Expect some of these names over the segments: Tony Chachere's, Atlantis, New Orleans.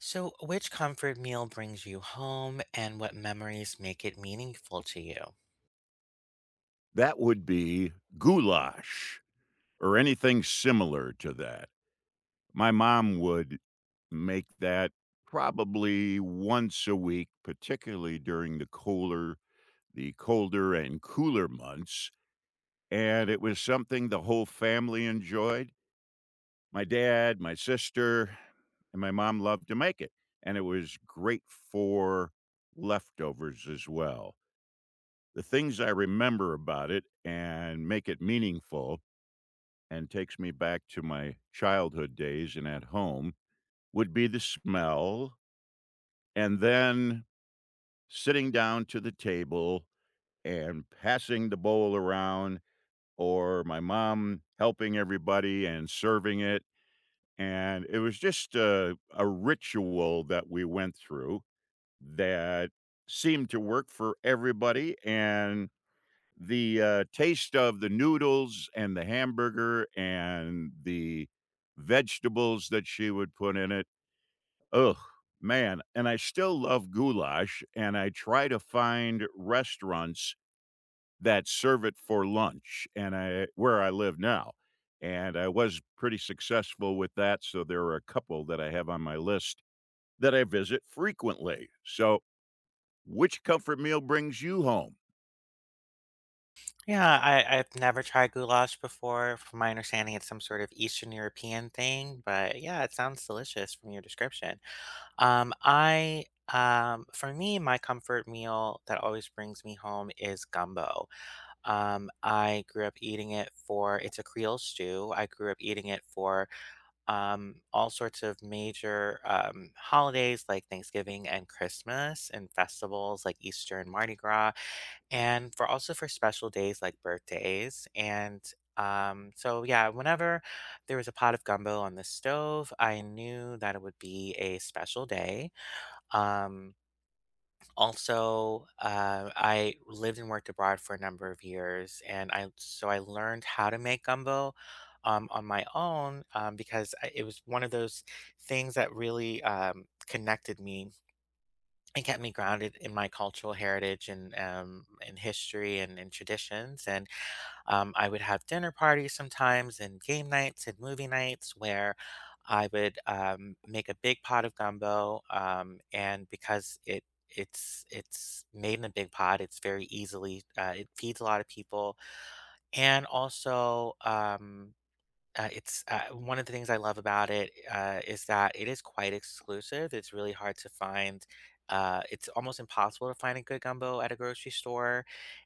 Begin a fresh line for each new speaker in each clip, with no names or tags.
So, which comfort meal brings you home and what memories make it meaningful to you?
That would be goulash or anything similar to that. My mom would make that probably once a week, particularly during the colder and cooler months, and it was something the whole family enjoyed. My dad, my sister, and my mom loved to make it, and it was great for leftovers as well. The things I remember about it and make it meaningful and takes me back to my childhood days and at home would be the smell, and then sitting down to the table and passing the bowl around, or my mom helping everybody and serving it. And it was just a ritual that we went through that seemed to work for everybody. And the taste of the noodles and the hamburger and the vegetables that she would put in it. Ugh, man, and I still love goulash, and I try to find restaurants that serve it for lunch, and I where I live now, and I was pretty successful with that, so there are a couple that I have on my list that I visit frequently. So, which comfort meal brings you home?
Yeah, I've never tried goulash before. From my understanding, it's some sort of Eastern European thing, but yeah, it sounds delicious from your description. Um, I, for me, my comfort meal that always brings me home is gumbo. I grew up eating it's a Creole stew. I grew up eating it for all sorts of major holidays like Thanksgiving and Christmas, and festivals like Easter and Mardi Gras, and for also for special days like birthdays. Yeah, whenever there was a pot of gumbo on the stove, I knew that it would be a special day. Um, I lived and worked abroad for a number of years, and I learned how to make gumbo on my own, because it was one of those things that really connected me and kept me grounded in my cultural heritage and history and traditions. And I would have dinner parties sometimes and game nights and movie nights where I would make a big pot of gumbo. And because it's made in a big pot, it's very easily, it feeds a lot of people. And also, um, it's one of the things I love about it, is that it is quite exclusive. It's really hard to find. It's almost impossible to find a good gumbo at a grocery store,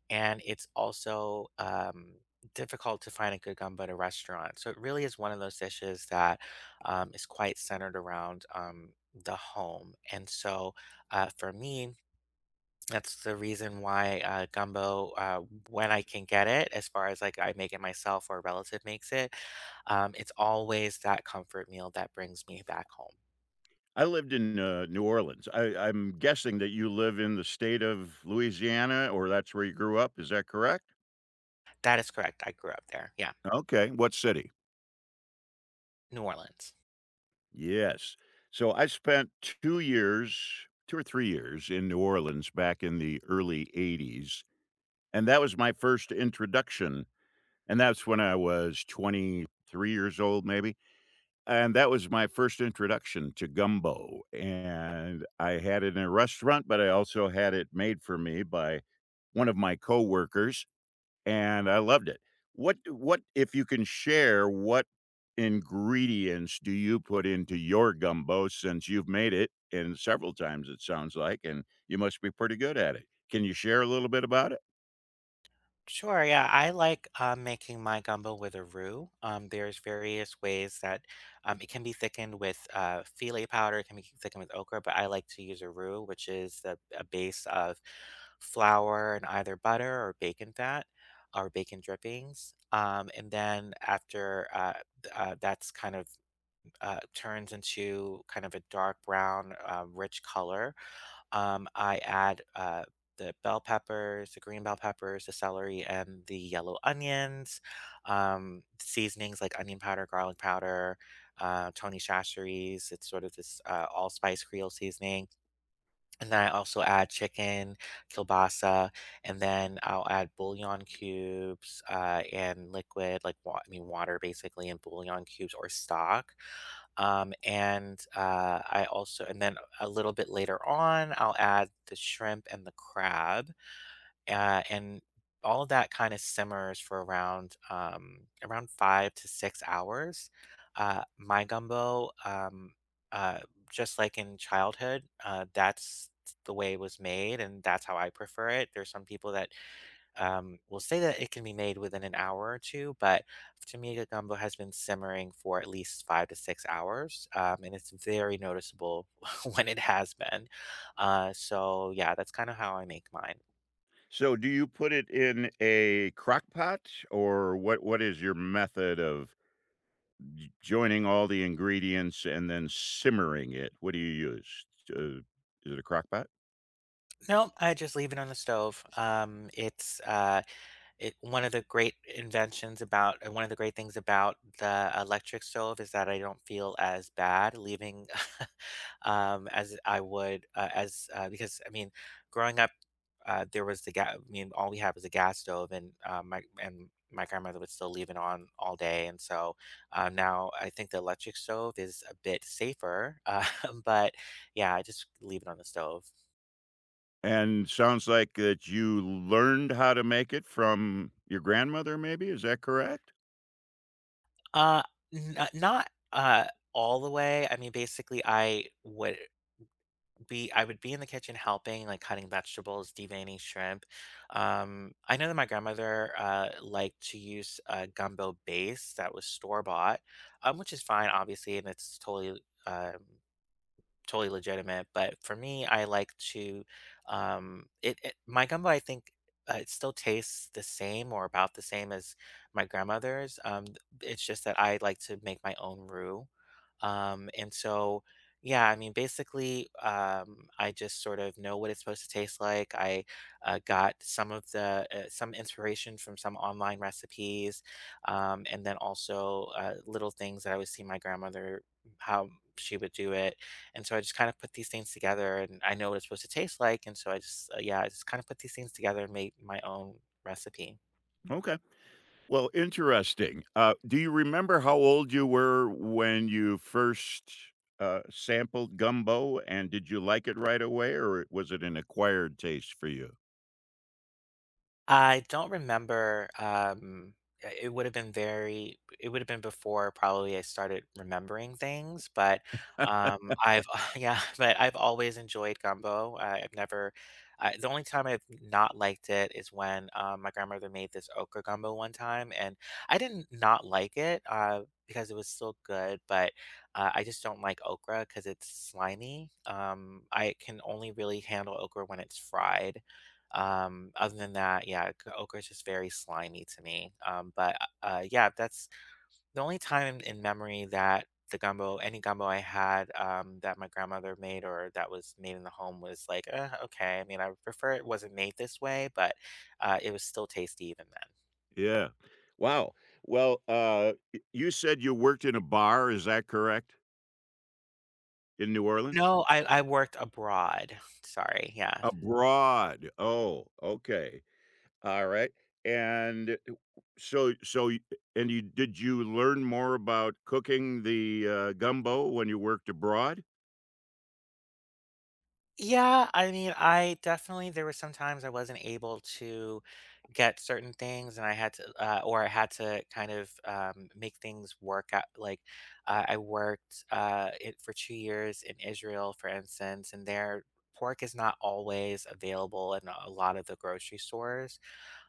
and it's also difficult to find a good gumbo at a restaurant. So it really is one of those dishes that is quite centered around the home. And so, for me, that's the reason why gumbo, when I can get it, as far as like I make it myself or a relative makes it, it's always that comfort meal that brings me back home.
I lived in, New Orleans. I'm guessing that you live in the state of Louisiana, or that's where you grew up, is that correct?
That is correct. I grew up there. Yeah.
Okay, what city?
New Orleans.
Yes. So I spent 2 years, 2 or 3 years in New Orleans back in the early ‘80s, and that was my first introduction, and that's when I was 23 years old, maybe. And that was my first introduction to gumbo, and I had it in a restaurant, but I also had it made for me by one of my coworkers, and I loved it. What if you can share, what ingredients do you put into your gumbo since you've made it, and several times it sounds like, and you must be pretty good at it. Can you share a little bit about it?
Sure, yeah, I like, making my gumbo with a roux. There's various ways that it can be thickened with, filet powder, it can be thickened with okra, but I like to use a roux, which is a base of flour and either butter or bacon fat or bacon drippings. And then after, th That's kind of, turns into kind of a dark brown, rich color. I add the bell peppers, the green bell peppers, the celery, and the yellow onions. Seasonings like onion powder, garlic powder, Tony Chachere's. It's sort of this allspice Creole seasoning. And then I also add chicken, kielbasa, and then I'll add bouillon cubes and liquid, like water, basically, and bouillon cubes or stock and, I also and then a little bit later on, I'll add the shrimp and the crab, and all of that kinda simmers for around 5 to 6 hours. Uh, my gumbo, um, uh, just like in childhood, that's the way it was made, and that's how I prefer it. There's some people that will say that it can be made within an hour or two, but Tamiga gumbo has been simmering for at least 5 to 6 hours, and it's very noticeable when it has been. So yeah, that's kind of how I make mine.
So do you put it in a crock pot, or what is your method of joining all the ingredients and then simmering it. What do you use? Uh, is it a crock pot?
No, I just leave it on the stove. It one of the great inventions about and one of the great things about the electric stove is that I don't feel as bad leaving, as I would, because, I mean, growing up, there was the gas, I mean, all we had was a gas stove and and my grandmother would still leave it on all day. And so, now I think the electric stove is a bit safer, but yeah, I just leave it on the stove.
And sounds like that you learned how to make it from your grandmother, maybe? Is that correct?
Uh, n Not, all the way, I mean, basically, I would be in the kitchen helping, like, cutting vegetables, deveining shrimp. I know that my grandmother, liked to use a gumbo base that was store-bought, which is fine, obviously, and it's um totally legitimate. But for me, I like to, it, it My gumbo, I think it still tastes the same or about the same as my grandmother's. It's just that I like to make my own roux, and so. Yeah, I mean, basically, I just sort of know what it's supposed to taste like. I got some of the, some inspiration from some online recipes, and then also little things that I would see my grandmother how she would do it, and so I just kind of put these things together and I know what it's supposed to taste like. And so I just, yeah, I just kind of put these things together and made my own recipe.
Okay. Well, interesting. Do you remember how old you were when you first sampled gumbo? And did you like it right away, or was it an acquired taste for you?
I don't remember, I it would have been very it would have been before probably I started remembering things, but, I've yeah, but I've always enjoyed gumbo. I've never I the only time I've not liked it is when, my grandmother made this okra gumbo one time, and I didn't not like it, because it was still good, but, I just don't like okra because it's slimy. I can only really handle okra when it's fried. Other than that, yeah, okra is just very slimy to me. But yeah, that's the only time in memory that the gumbo, any gumbo I had that my grandmother made or that was made in the home was like, okay. I mean, I would prefer it wasn't made this way, but it was still tasty even then.
Yeah. Wow. Well, you said you worked in a bar. Is that correct? In New Orleans?
No, I worked abroad. Sorry. Yeah.
Abroad. Oh, okay. Alright, and so so y and you did you learn more about cooking the, gumbo when you worked abroad?
Yeah. I mean, I definitely, there were some times I wasn't able to get certain things and I had to or I had to kind of make things work out like I worked it for 2 years in Israel for instance, and their pork is not always available in a lot of the grocery stores,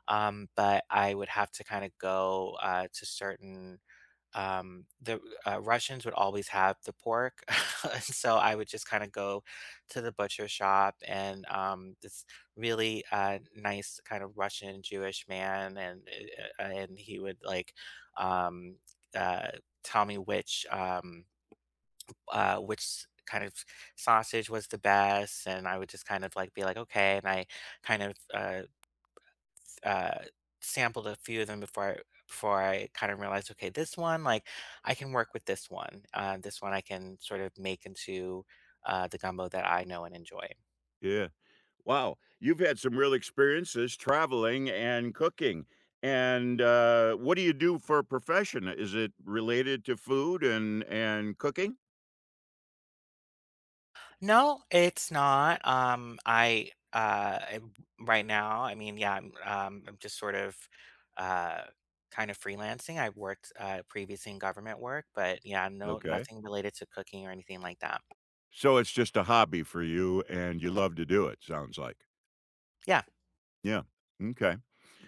but I would have to kind of go to certain the Russians would always have the pork, and so I would just kind of go to the butcher shop, and this really nice kind of Russian Jewish man, and he would like um, uh, tell me which kind of sausage was the best, and I would just kind of like be like okay, and I kind of uh, uh, sampled a few of them before I kind of realized, okay, this one, like, I can work with this one. This one I can sort of make into the gumbo that I know and enjoy.
Yeah. Wow, you've had some real experiences traveling and cooking, and, what do you do for a profession? Is it related to food and cooking?
No, it's not. I Right now, I mean, yeah, I'm just sort of uh, kind of freelancing. I've worked previously in government work, but yeah, no,
Okay.
nothing related to cooking or anything like that.
So it's just a hobby for you, and you love to do it, sounds like.
Yeah.
Yeah, okay.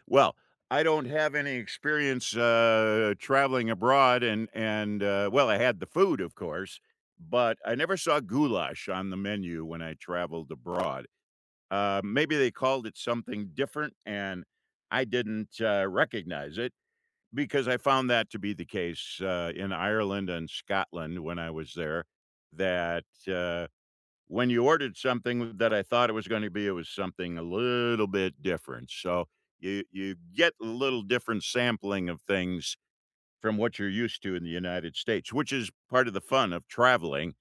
Well, I don't have any experience, traveling abroad and well, I had the food, of course, but I never saw goulash on the menu when I traveled abroad. Maybe they called it something different, and I didn't, recognize it because I found that to be the case, in Ireland and Scotland when I was there, that, uh when you ordered something that I thought it was gonna be, it was something a little bit different. So you get a little different sampling of things from what you're used to in the United States, which is part of the fun of traveling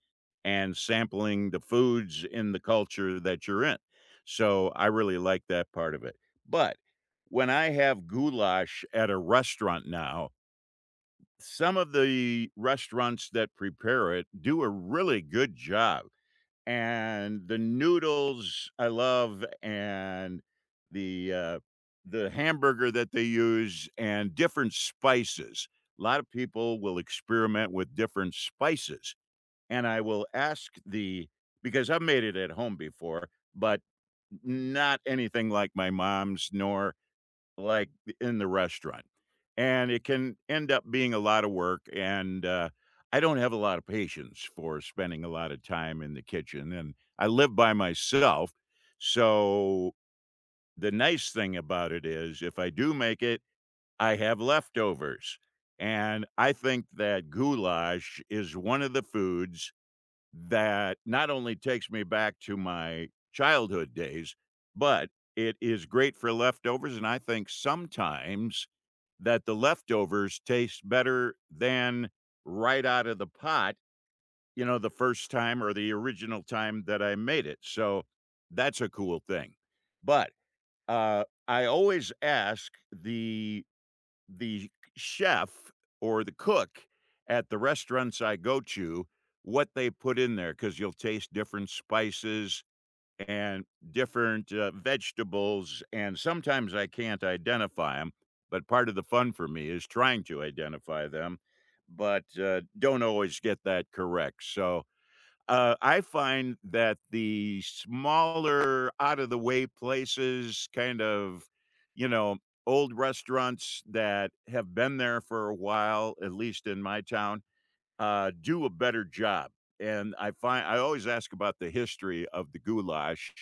and sampling the foods in the culture that you're in. So I really like that part of it. But when I have goulash at a restaurant now, some of the restaurants that prepare it do a really good job and the noodles I love, and the, uh, the hamburger that they use, and different spices. A lot of people will experiment with different spices, and I will ask the because I've made it at home before, but not anything like my mom's, nor like, in the restaurant, and it can end up being a lot of work, and, I don't have a lot of patience for spending a lot of time in the kitchen, and I live by myself, so the nice thing about it is if I do make it, I have leftovers, and I think that goulash is one of the foods that not only takes me back to my childhood days, but it is great for leftovers, and I think sometimes that the leftovers taste better than right out of the pot, you know, the first time or the original time that I made it, so that's a cool thing. But, I always ask the chef or the cook at the restaurants I go to what they put in there because you'll taste different spices and different vegetables. And sometimes I can't identify them, but part of the fun for me is trying to identify them, but don't always get that correct. So, I find that the smaller, out of the way places, kind of, you know, old restaurants that have been there for a while, at least in my town, do a better job. And I find I always ask about the history of the goulash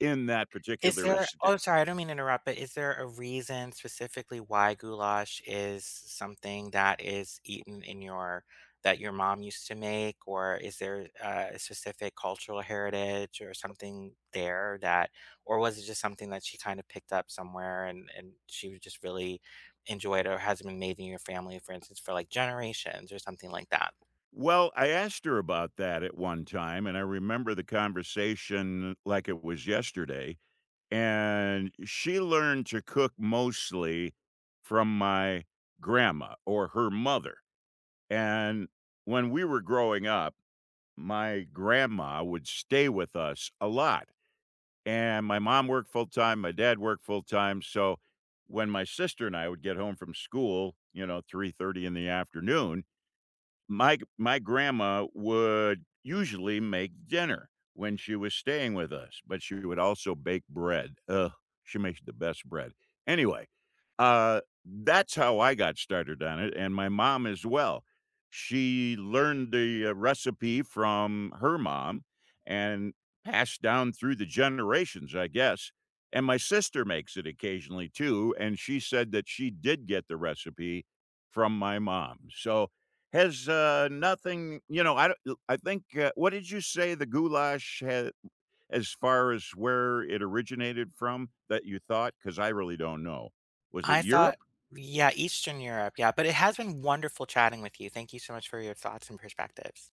in that
Is
particular
there oh,
estate.
I'm sorry, I don't mean to interrupt, but is there a reason specifically why goulash is something that is eaten in your that your mom used to make, or is there a specific cultural heritage or something there that, or was it just something that she kind of picked up somewhere and she was just really enjoyed or has been made in your family, for instance, for like generations or something like that?
Well, I asked her about that at one time, and I remember the conversation like it was yesterday. And she learned to cook mostly from my grandma or her mother. And when we were growing up, my grandma would stay with us a lot. And my mom worked full time, my dad worked full time. So when my sister and I would get home from school, you know, 3:30 in the afternoon, my grandma would usually make dinner when she was staying with us, but she would also bake bread. Ugh, she makes the best bread. Anyway, that's how I got started on it, and my mom as well. She learned the, recipe from her mom and passed down through the generations, I guess, and my sister makes it occasionally too, and she said that she did get the recipe from my mom. So, has, nothing you know, I don't l I think, what did you say the goulash had as far as where it originated from that you thought, because I really don't know. Was it
I
Europe?
thought, yeah, Eastern Europe, yeah, but it has been wonderful chatting with you. Thank you so much for your thoughts and perspectives.